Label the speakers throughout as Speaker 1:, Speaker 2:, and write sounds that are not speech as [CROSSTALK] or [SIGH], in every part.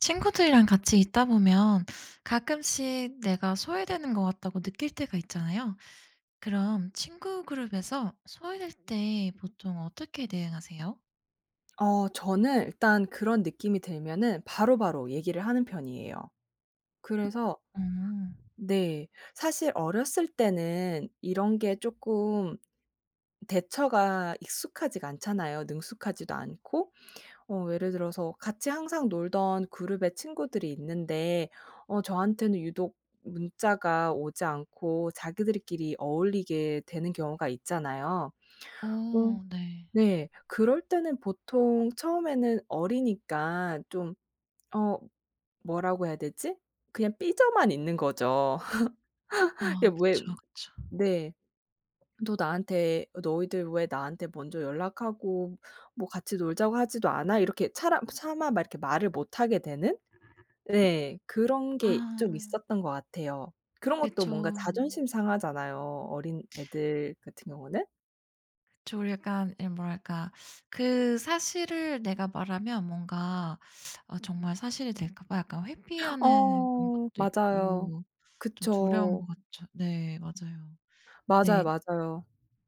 Speaker 1: 친구들이랑 같이 있다 보면 가끔씩 내가 소외되는 것 같다고 느낄 때가 있잖아요. 그럼 친구 그룹에서 소외될 때 보통 어떻게 대응하세요?
Speaker 2: 저는 일단 그런 느낌이 들면은 바로바로 얘기를 하는 편이에요. 그래서
Speaker 1: 음.
Speaker 2: 네. 사실 어렸을 때는 이런 게 쪼끔 대처가 익숙하지가 않잖아요. 능숙하지도 않고. 예를 들어서 같이 항상 놀던 그룹의 친구들이 있는데 저한테는 유독 문자가 오지 않고 자기들끼리 어울리게 되는 경우가 있잖아요. 어
Speaker 1: 어 네.
Speaker 2: 네. 그럴 때는 보통 처음에는 어리니까 좀 어 뭐라고 해야 되지? 그냥 삐져만 있는 거죠. [LAUGHS]
Speaker 1: 아
Speaker 2: 이게 왜
Speaker 1: 그쵸, 그쵸.
Speaker 2: 네. "너 나한테 너희들 왜 나한테 먼저 연락하고 뭐 같이 놀자고 하지도 않아?" 이렇게 차라 차마 막 이렇게 말을 못 하게 되는 네 그런 게 좀
Speaker 1: 아
Speaker 2: 있었던 것 같아요. 그런 것도
Speaker 1: 그쵸.
Speaker 2: 뭔가 자존심 상하잖아요, 어린 애들 같은 경우는.
Speaker 1: 그쵸. 약간 이 뭐랄까 그 사실을 내가 말하면 뭔가 정말 사실이 될까 봐 약간 회피하는 그런
Speaker 2: 어
Speaker 1: 것도
Speaker 2: 맞아요.
Speaker 1: 있고 좀 두려운
Speaker 2: 그쵸.
Speaker 1: 것 같죠. 네 맞아요.
Speaker 2: 맞아요,
Speaker 1: 네.
Speaker 2: 맞아요.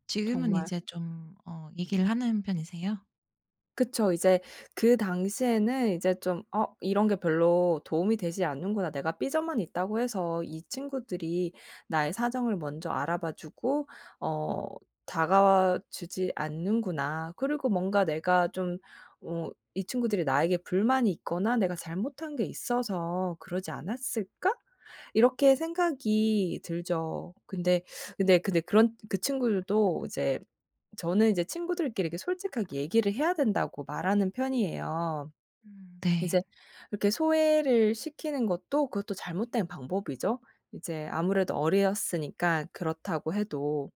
Speaker 1: 지금은
Speaker 2: 정말.
Speaker 1: 이제 좀 얘기를 하는 편이세요?
Speaker 2: 그쵸. 이제 그 당시에는 이제 좀 '어 이런 게 별로 도움이 되지 않는구나. 내가 삐져만 있다고 해서 이 친구들이 나의 사정을 먼저 알아봐 주고 어 다가와 주지 않는구나.' 그리고 뭔가 내가 좀 어 '이 친구들이 나에게 불만이 있거나 내가 잘못한 게 있어서 그러지 않았을까?' 이렇게 생각이 들죠. 근데 그런 그 친구들도 이제 저는 이제 친구들끼리 이렇게 솔직하게 얘기를 해야 된다고 말하는 편이에요.
Speaker 1: 음. 네.
Speaker 2: 이제 이렇게 소외를 시키는 것도 그것도 잘못된 방법이죠. 이제 아무래도 어렸으니까 그렇다고 해도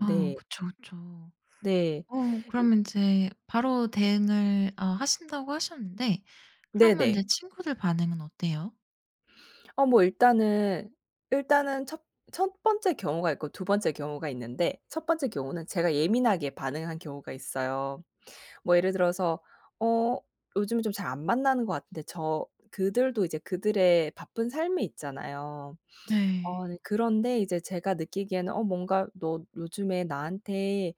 Speaker 1: 어 그쵸, 그쵸.
Speaker 2: 네. 이
Speaker 1: 그러면 이제 바로 대응을 하신다고 하셨는데 그러면 이제
Speaker 2: 네네.
Speaker 1: 친구들 반응은 어때요?
Speaker 2: 뭐 일단은 첫 번째 경우가 있고 두 번째 경우가 있는데 첫 번째 경우는 제가 예민하게 반응한 경우가 있어요. 뭐 예를 들어서 어 요즘은 좀 잘 안 만나는 것 같은데 저 그들도 이제 그들의 바쁜 삶이 있잖아요. 어
Speaker 1: 네.
Speaker 2: 네 그런데 이제 제가 느끼기에는 뭔가 너 요즘에 나한테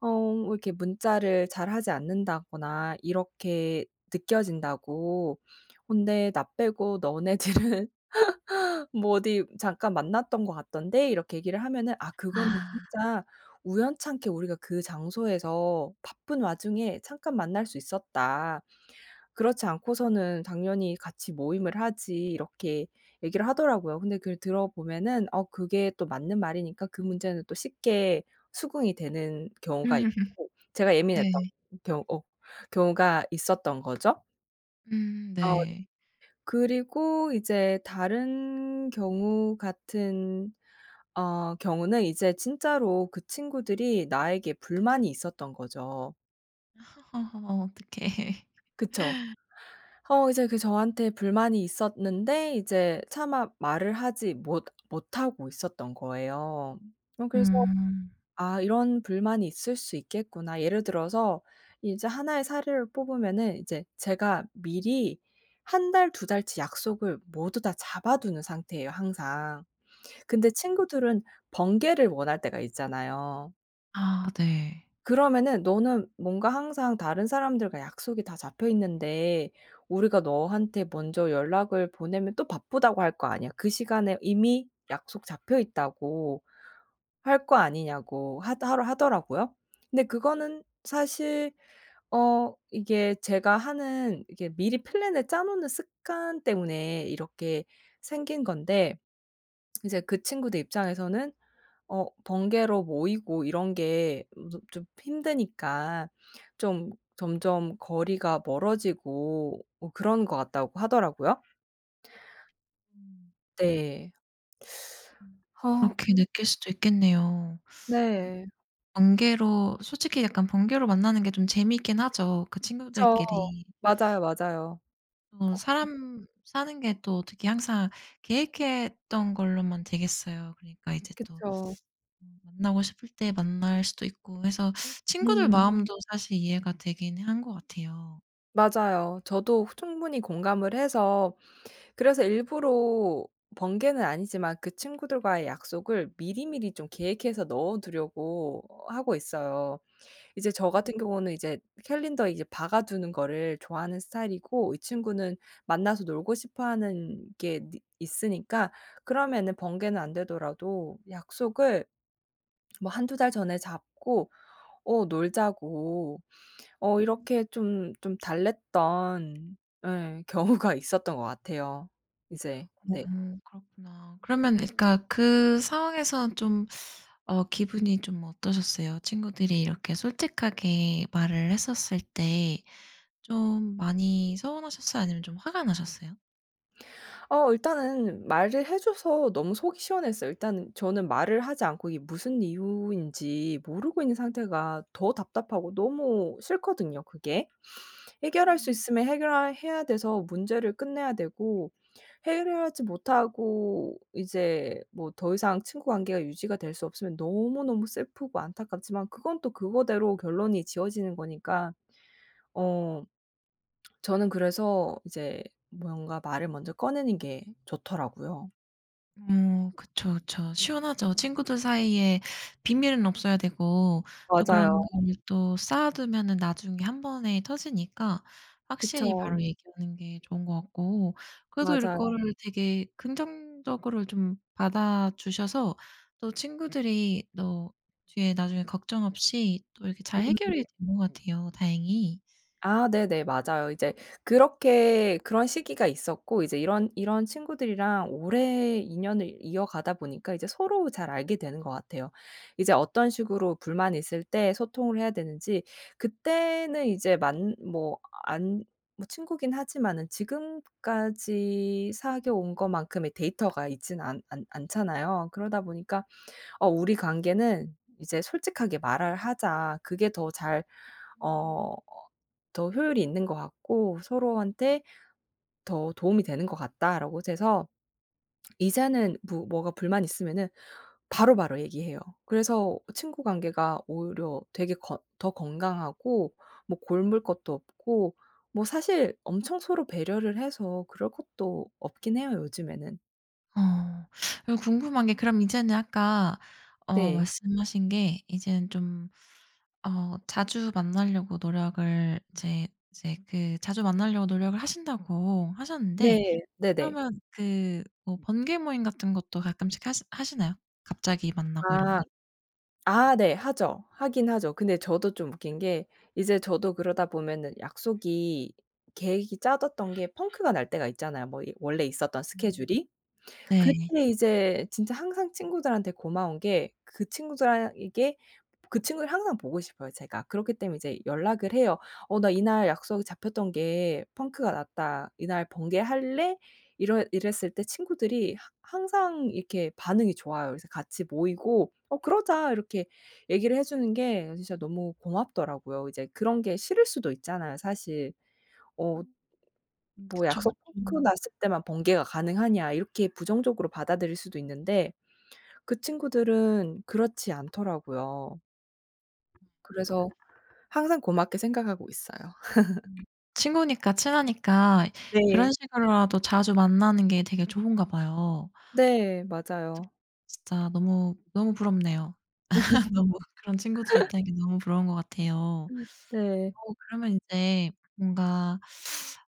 Speaker 2: 어 왜 이렇게 문자를 잘하지 않는다거나 이렇게 느껴진다.'고 "근데 나 빼고 너네들은 뭐 "어디 잠깐 만났던 것 같던데." 이렇게 얘기를 하면은 "아 그거는
Speaker 1: 아.
Speaker 2: 진짜 우연찮게 우리가 그 장소에서 바쁜 와중에 잠깐 만날 수 있었다. 그렇지 않고서는 당연히 같이 모임을 하지." 이렇게 얘기를 하더라고요. 근데 그걸 들어보면은 그게 또 맞는 말이니까 그 문제는 또 쉽게 수긍이 되는 경우가
Speaker 1: [LAUGHS]
Speaker 2: 있고 제가
Speaker 1: 네.
Speaker 2: 예민했던 경우 어 경우가 있었던 거죠. 어.
Speaker 1: 네.
Speaker 2: 그리고 이제 다른 경우 같은 경우는 이제 진짜로 그 친구들이 나에게 불만이 있었던 거죠.
Speaker 1: [LAUGHS] 어, 어떡해.
Speaker 2: 그쵸. 이제 그 저한테 불만이 있었는데 이제 차마 말을 하지 못 못하고 있었던 거예요. 그래서
Speaker 1: 음.
Speaker 2: 아 이런 불만이 있을 수 있겠구나. 예를 들어서 이제 하나의 사례를 뽑으면은 이제 제가 미리 한 달, 두 달치 약속을 모두 다 잡아 두는 상태예요 항상. 근데 친구들은 번개를 원할 때가 있잖아요.
Speaker 1: 아 네.
Speaker 2: 그러면은 "너는 뭔가 항상 다른 사람들과 약속이 다 잡혀 있는데 우리가 너한테 먼저 연락을 보내면 또 바쁘다고 할 거 아니야. 그 시간에 이미 약속 잡혀 있다고." 할 거 아니냐고 하 하러 하더라고요. 근데 그거는 사실 이게 제가 하는 이게 미리 플랜을 짜 놓는 습관 때문에 이렇게 생긴 건데 이제 그 친구들 입장에서는 번개로 모이고 이런 게 좀 힘드니까 좀 점점 거리가 멀어지고 뭐 그런 것 같다고 하더라고요.
Speaker 1: 음.
Speaker 2: 네.
Speaker 1: 음.
Speaker 2: 아
Speaker 1: 그렇게 느낄 수도 있겠네요.
Speaker 2: 네.
Speaker 1: 번개로 솔직히 약간 번개로 만나는 게 좀 재미있긴 하죠, 그
Speaker 2: 그쵸.
Speaker 1: 친구들끼리.
Speaker 2: 맞아요, 맞아요.
Speaker 1: 또 사람 사는 게 또 어떻게 항상 계획했던 걸로만 되겠어요. 그러니까 이제 또
Speaker 2: 그쵸.
Speaker 1: 만나고 싶을 때 만날 수도 있고 해서 친구들
Speaker 2: 음.
Speaker 1: 마음도 사실 이해가 되긴 한 것 같아요.
Speaker 2: 맞아요. 저도 충분히 공감을 해서 그래서 일부러 번개는 아니지만 그 친구들과의 약속을 미리미리 좀 계획해서 넣어 두려고 하고 있어요. 이제 저
Speaker 1: 음.
Speaker 2: 같은 경우는 이제 캘린더에 이제 박아 두는 거를 좋아하는 스타일이고 이 친구는 만나서 놀고 싶어 하는 게 있으니까 그러면은 번개는 안 되더라도 약속을 뭐 한두 달 전에 잡고 놀자고 이렇게 좀 달랬던 예 경우가 [LAUGHS] 있었던 것 같아요. 이제
Speaker 1: 네.
Speaker 2: 네.
Speaker 1: 그렇구나. 그러면 그러니까 그 상황에서 좀 기분이 좀 어떠셨어요? 친구들이 이렇게 솔직하게 말을 했었을 때 좀 많이 서운하셨어요? 아니면 좀 화가 나셨어요?
Speaker 2: 일단은 말을 해 줘서 너무 속이 시원했어요. 일단은 저는 말을 하지 않고 이게 무슨 이유인지 모르고 있는 상태가 더 답답하고 너무 싫거든요 그게. 해결할 수
Speaker 1: 음.
Speaker 2: 있으면 해결 해야 돼서 문제를 끝내야 되고 해결하지 못하고 이제 뭐 더 이상 친구 관계가 유지가 될 수 없으면 너무너무 슬프고 안타깝지만 그건 또 그거대로 결론이 지어지는 거니까 어 저는 그래서 이제 뭔가 말을 먼저 꺼내는 게 좋더라고요.
Speaker 1: 어 그쵸, 그쵸. 시원하죠. 친구들 사이에 비밀은 없어야 되고 또 그런
Speaker 2: 맞아요.
Speaker 1: 일걸또 쌓아두면은 나중에 한 번에 터지니까 확실히
Speaker 2: 그쵸.
Speaker 1: 바로 얘기하는 게 좋은 것 같고 그래도
Speaker 2: 맞아요.
Speaker 1: 이거를 되게 긍정적으로 좀 받아주셔서 또 친구들이 또 뒤에 나중에 걱정 없이 또 이렇게 잘
Speaker 2: 음.
Speaker 1: 해결이 네. 된 것 같아요 다행히.
Speaker 2: 아 네네. 맞아요. 이제 그렇게 그런 시기가 있었고 이제 이런 이런 친구들이랑 오래 인연을 이어가다 보니까 이제 서로 잘 알게 되는 것 같아요. 이제 어떤 식으로 불만이 있을 때 소통을 해야 되는지 그때는 이제 만 뭐 안 뭐 친구긴 하지만은 지금까지 사귀어 온 것만큼의 데이터가 있진 않 않 않잖아요. 그러다 보니까 우리 관계는 이제 솔직하게 말을 하자. 그게 더잘어 더 효율이 있는 것 같고 서로한테 더 도움이 되는 것 같다."라고 해서 이제는 무 뭐가 불만 있으면은 바로바로 얘기해요. 그래서 친구 관계가 오히려 되게 거 더 건강하고 뭐 골물 것도 없고 뭐 사실 엄청 서로 배려를 해서 그럴 것도 없긴 해요 요즘에는.
Speaker 1: 어 그리고 궁금한 게 그럼 이제는 아까
Speaker 2: 네.
Speaker 1: 말씀하신 게 이제는 좀 자주 만나려고 노력을 이제 그 자주 만나려고 노력을 하신다고 하셨는데
Speaker 2: 네. 네네.
Speaker 1: 그러면 그 뭐 번개 모임 같은 것도 가끔씩 하시나요? 갑자기 만나고 이런
Speaker 2: 아.
Speaker 1: 거?
Speaker 2: 아 네. 하죠. 하긴 하죠. 근데 저도 좀 웃긴 게 이제 저도 그러다 보면은 약속이 계획이 짜뒀던 게 펑크가 날 때가 있잖아요. 뭐 이 원래 있었던
Speaker 1: 음.
Speaker 2: 스케줄이.
Speaker 1: 네.
Speaker 2: 그때 이제 진짜 항상 친구들한테 고마운 게 그 친구들에게 그 친구를 항상 보고 싶어요 제가. 그렇기 때문에 이제 연락을 해요. "어 나 이날 약속이 잡혔던 게 펑크가 났다. 이날 번개할래?" 이러 이랬을 때 친구들이 하 항상 이렇게 반응이 좋아요. 그래서 같이 모이고 "어 그러자." 이렇게 얘기를 해 주는 게 진짜 너무 고맙더라고요. 이제 그런 게 싫을 수도 있잖아요 사실. 어 뭐
Speaker 1: 그쵸,
Speaker 2: "약속
Speaker 1: 그쵸.
Speaker 2: 끊고 났을 때만 번개가 가능하냐." 이렇게 부정적으로 받아들일 수도 있는데 그 친구들은 그렇지 않더라고요. 그래서 항상 고맙게 생각하고 있어요. [LAUGHS]
Speaker 1: 음. 친구니까 친하니까 그런
Speaker 2: 네.
Speaker 1: 식으로라도 자주 만나는 게 되게 좋은가 봐요.
Speaker 2: 네. 맞아요.
Speaker 1: 진짜 너무 너무 부럽네요. 너무 그런 친구들이 있다는 게 너무 부러운 것 같아요.
Speaker 2: 네.
Speaker 1: 어 그러면 인제 뭔가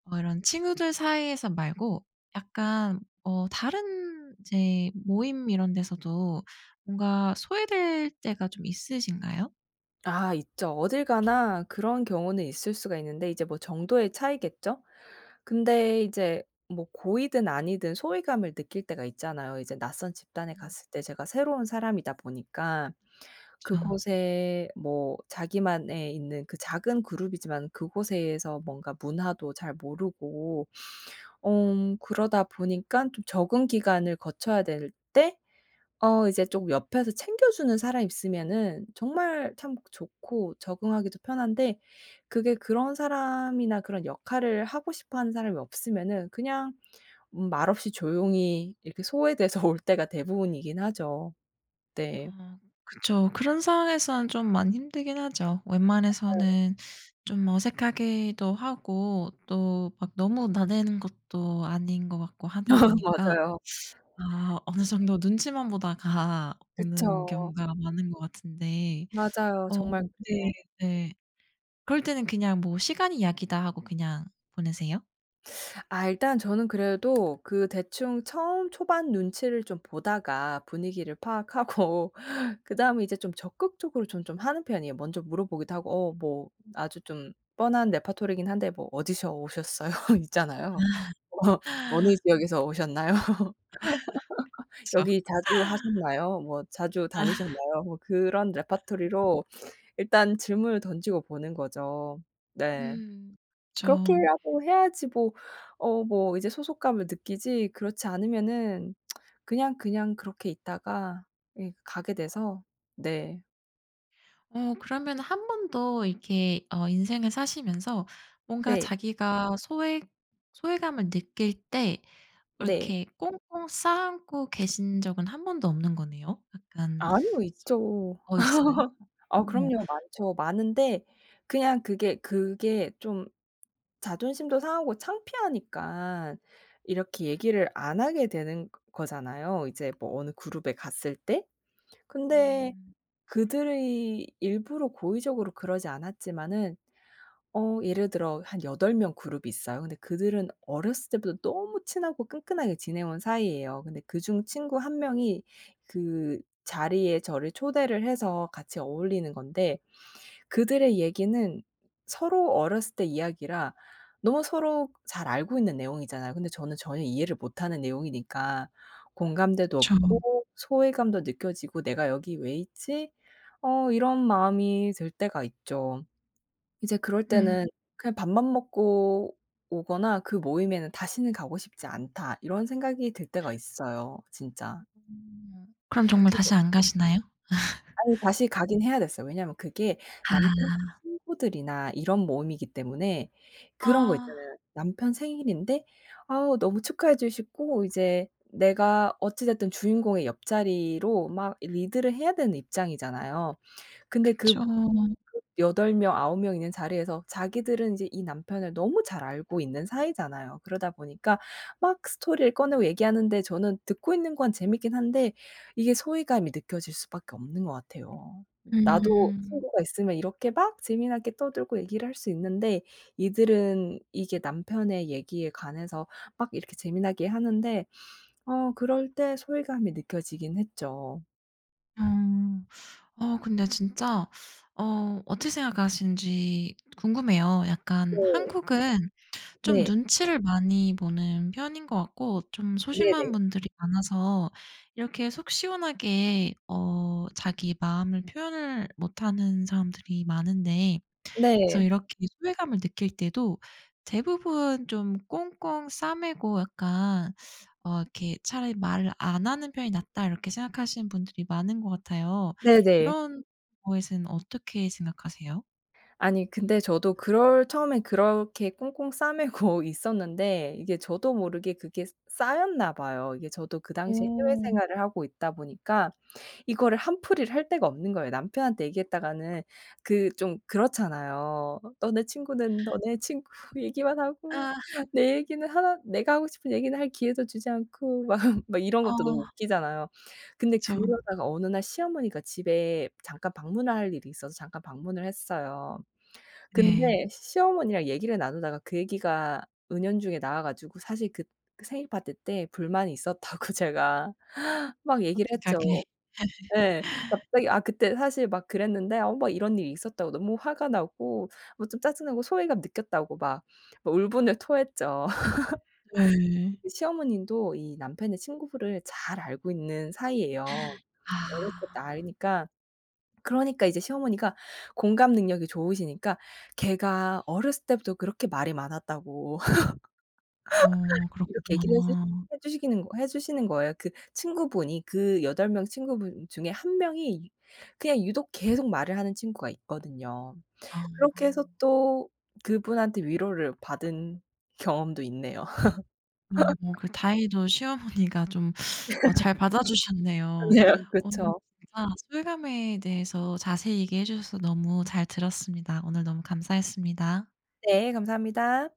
Speaker 1: 이런 친구들 사이에서 말고 약간 다른 이제 모임 이런 데서도 뭔가 소외될 때가 좀 있으신가요?
Speaker 2: 아 있죠. 어딜 가나 그런 경우는 있을 수가 있는데 이제 뭐 정도의 차이겠죠? 근데 이제 뭐 고이든 아니든 소외감을 느낄 때가 있잖아요. 이제 낯선 집단에
Speaker 1: 음.
Speaker 2: 갔을 때 제가 새로운 사람이다 보니까.
Speaker 1: 그쵸.
Speaker 2: 그곳에 뭐 자기만의 있는 그 작은 그룹이지만 그곳에서 뭔가 문화도 잘 모르고 그러다 보니깐 좀 적응 기간을 거쳐야 될 때 이제 좀 옆에서 챙겨주는 사람이 있으면은 정말 참 좋고 적응하기도 편한데 그게 그런 사람이나 그런 역할을 하고 싶어 하는 사람이 없으면은 그냥 말없이 조용히 이렇게 소외돼서 [LAUGHS] 올 때가 대부분이긴 하죠. 네.
Speaker 1: 어 그쵸. 그런 상황에서는 좀 많이 힘들긴 하죠. 웬만해서는 좀 어색하기도 하고 또 막 너무 나대는 것도 아닌 것 같고 하다
Speaker 2: [LAUGHS]
Speaker 1: 보니까
Speaker 2: 맞아요.
Speaker 1: 아 어느 정도 눈치만 보다가 오는
Speaker 2: 그쵸.
Speaker 1: 경우가 많은 것 같은데
Speaker 2: 맞아요.
Speaker 1: 어
Speaker 2: 정말
Speaker 1: 네 네. 그럴 때는 그냥 뭐 '시간이 약이다.' 하고 그냥 보내세요?
Speaker 2: 아 일단 저는 그래도 그 대충 처음 초반 눈치를 좀 보다가 분위기를 파악하고 [LAUGHS] 그다음에 이제 좀 적극적으로 전 좀 하는 편이에요. 먼저 물어보기도 하고 뭐 아주 좀 뻔한 레파토리긴 한데 뭐 "어디서 오셨어요?" [LAUGHS] 있잖아요. 어 "어느
Speaker 1: 아
Speaker 2: 지역에서 오셨나요?" [LAUGHS]
Speaker 1: 그쵸.
Speaker 2: "여기 자주 하셨나요?" 뭐 "자주 다니셨나요?" 뭐 그런 레파토리로 일단 질문을 던지고 보는 거죠. 네.
Speaker 1: 음 그쵸.
Speaker 2: 그렇게라도 해야지 뭐 뭐 이제 소속감을 느끼지 그렇지 않으면은 그냥 그렇게 있다가 예 가게 돼서 네.
Speaker 1: 어 그러면 한 번도 이렇게 인생을 사시면서 뭔가
Speaker 2: 네.
Speaker 1: 자기가 소외감을 느낄 때
Speaker 2: 네.
Speaker 1: 이렇게 꽁꽁 싸 안고 계신 적은 한 번도 없는 거네요. 약간
Speaker 2: 아니요. 있죠.
Speaker 1: 섞어 있어요?
Speaker 2: 아
Speaker 1: 어.
Speaker 2: 그럼요. 많죠. 많은데 그냥 그게 좀 자존심도 상하고 창피하니까 이렇게 얘기를 안 하게 되는 거잖아요, 이제 뭐 어느 그룹에 갔을 때. 근데
Speaker 1: 음.
Speaker 2: 그들이 일부러 고의적으로 그러지 않았지만은 예를 들어 한 8명 그룹이 있어요. 근데 그들은 어렸을 때부터 너무 친하고 끈끈하게 지내온 사이예요. 근데 그중 친구 한 명이 그 자리에 저를 초대를 해서 같이 어울리는 건데 그들의 얘기는 서로 어렸을 때 이야기라 너무 서로 잘 알고 있는 내용이잖아요. 근데 저는 전혀 이해를 못하는 내용이니까 공감대도
Speaker 1: 그쵸.
Speaker 2: 없고 소외감도 느껴지고 '내가 여기 왜 있지?' 이런 마음이 들 때가 있죠. 이제 그럴
Speaker 1: 음.
Speaker 2: 때는 그냥 밥만 먹고 오거나 '그 모임에는 다시는 가고 싶지 않다.' 이런 생각이 들 때가 있어요 진짜.
Speaker 1: 그럼 정말 다시 안 가시나요?
Speaker 2: 아니 다시 가긴 해야 됐어요. 왜냐하면 그게 남편
Speaker 1: 아.
Speaker 2: 친구들이나 이런 모임이기 때문에 그런 거
Speaker 1: 아
Speaker 2: 있잖아요. 남편 생일인데 아 너무 축하해 주시고 이제 내가 어찌 됐든 주인공의 옆자리로 막 리드를 해야 되는 입장이잖아요. 근데
Speaker 1: 그쵸.
Speaker 2: 그 8명 9명 있는 자리에서 자기들은 이제 이 남편을 너무 잘 알고 있는 사이잖아요. 그러다 보니까 막 스토리를 꺼내고 얘기하는데 저는 듣고 있는 건 재밌긴 한데 이게 소외감이 느껴질 수밖에 없는 것 같아요. 나도
Speaker 1: 음.
Speaker 2: 친구가 있으면 이렇게 막 재미나게 떠들고 얘기를 할 수 있는데 이들은 이게 남편의 얘기에 관해서 막 이렇게 재미나게 하는데 그럴 때 소외감이 느껴지긴 했죠.
Speaker 1: 어. 어 근데 진짜 어떻게 생각하시는지 궁금해요. 약간
Speaker 2: 네.
Speaker 1: 한국은 좀
Speaker 2: 네.
Speaker 1: 눈치를 많이 보는 편인 것 같고 좀 소심한
Speaker 2: 네네.
Speaker 1: 분들이 많아서 이렇게 속 시원하게 자기 마음을 표현을 못하는 사람들이 많은데 그래서
Speaker 2: 네.
Speaker 1: 이렇게 소외감을 느낄 때도 대부분 좀 꽁꽁 싸매고 약간 이렇게 '차라리 말을 안 하는 편이 낫다.' 이렇게 생각하시는 분들이 많은 것 같아요.
Speaker 2: 네네.
Speaker 1: 이런 거에선 어떻게 생각하세요?
Speaker 2: 아니 근데 저도 그럴 처음에 그렇게 꽁꽁 싸매고 [LAUGHS] 있었는데 이게 저도 모르게 그게 쌓였나 봐요. 이게 저도 그 당시에 해외
Speaker 1: 오
Speaker 2: 생활을 하고 있다 보니까 이거를 한풀이를 할 데가 없는 거예요. 남편한테 얘기했다가는 그 좀 그렇잖아요. 너네 친구는 너네 친구 [LAUGHS] 얘기만 하고
Speaker 1: 아.
Speaker 2: 내 얘기는 하나 내가 하고 싶은 얘기는 할 기회도 주지 않고 [LAUGHS] 막 이런 것도 너무
Speaker 1: 어.
Speaker 2: 웃기잖아요. 근데
Speaker 1: 그쵸.
Speaker 2: 그러다가 어느 날 시어머니가 집에 잠깐 방문을 할 일이 있어서 잠깐 방문을 했어요.
Speaker 1: 네.
Speaker 2: 근데 시어머니랑 얘기를 나누다가 그 얘기가 은연중에 나와 가지고 사실 그 생일 파티 때 불만이 있었다고 [LAUGHS] 제가 막 얘기를
Speaker 1: 솔직하게.
Speaker 2: 했죠. 예. 갑자기 아 그때 사실 막 그랬는데 막 이런 일이 있었다고 너무 화가 나고 뭐 좀 짜증 나고 소외감 느꼈다고 막 울분을 토했죠. [LAUGHS]
Speaker 1: 네.
Speaker 2: 그 시어머님도 이 남편의 친구를 잘 알고 있는 사이예요. 어렸을 때
Speaker 1: 아.
Speaker 2: 알니까 그러니까 이제 시어머니가 공감 능력이 좋으시니까 "걔가 어렸을 때부터 그렇게 말이 많았다."고.
Speaker 1: 어
Speaker 2: 이렇게 얘기를 해주
Speaker 1: 그렇구나.
Speaker 2: 해 주시기는 거 해 주시는 거예요. 그 친구분이 그 8명 친구분 중에 1 명이 그냥 유독 계속 말을 하는 친구가 있거든요.
Speaker 1: 아.
Speaker 2: 그렇게 해서 또 그분한테 위로를 받은 경험도 있네요.
Speaker 1: 그 다행히도 시어머니가 좀 잘 받아주셨네요.
Speaker 2: 네요.
Speaker 1: 오늘
Speaker 2: 그쵸.
Speaker 1: 진짜 소외감에 대해서 자세히 얘기해 주셔서 너무 잘 들었습니다. 오늘 너무 감사했습니다.
Speaker 2: [LAUGHS] 네. 감사합니다.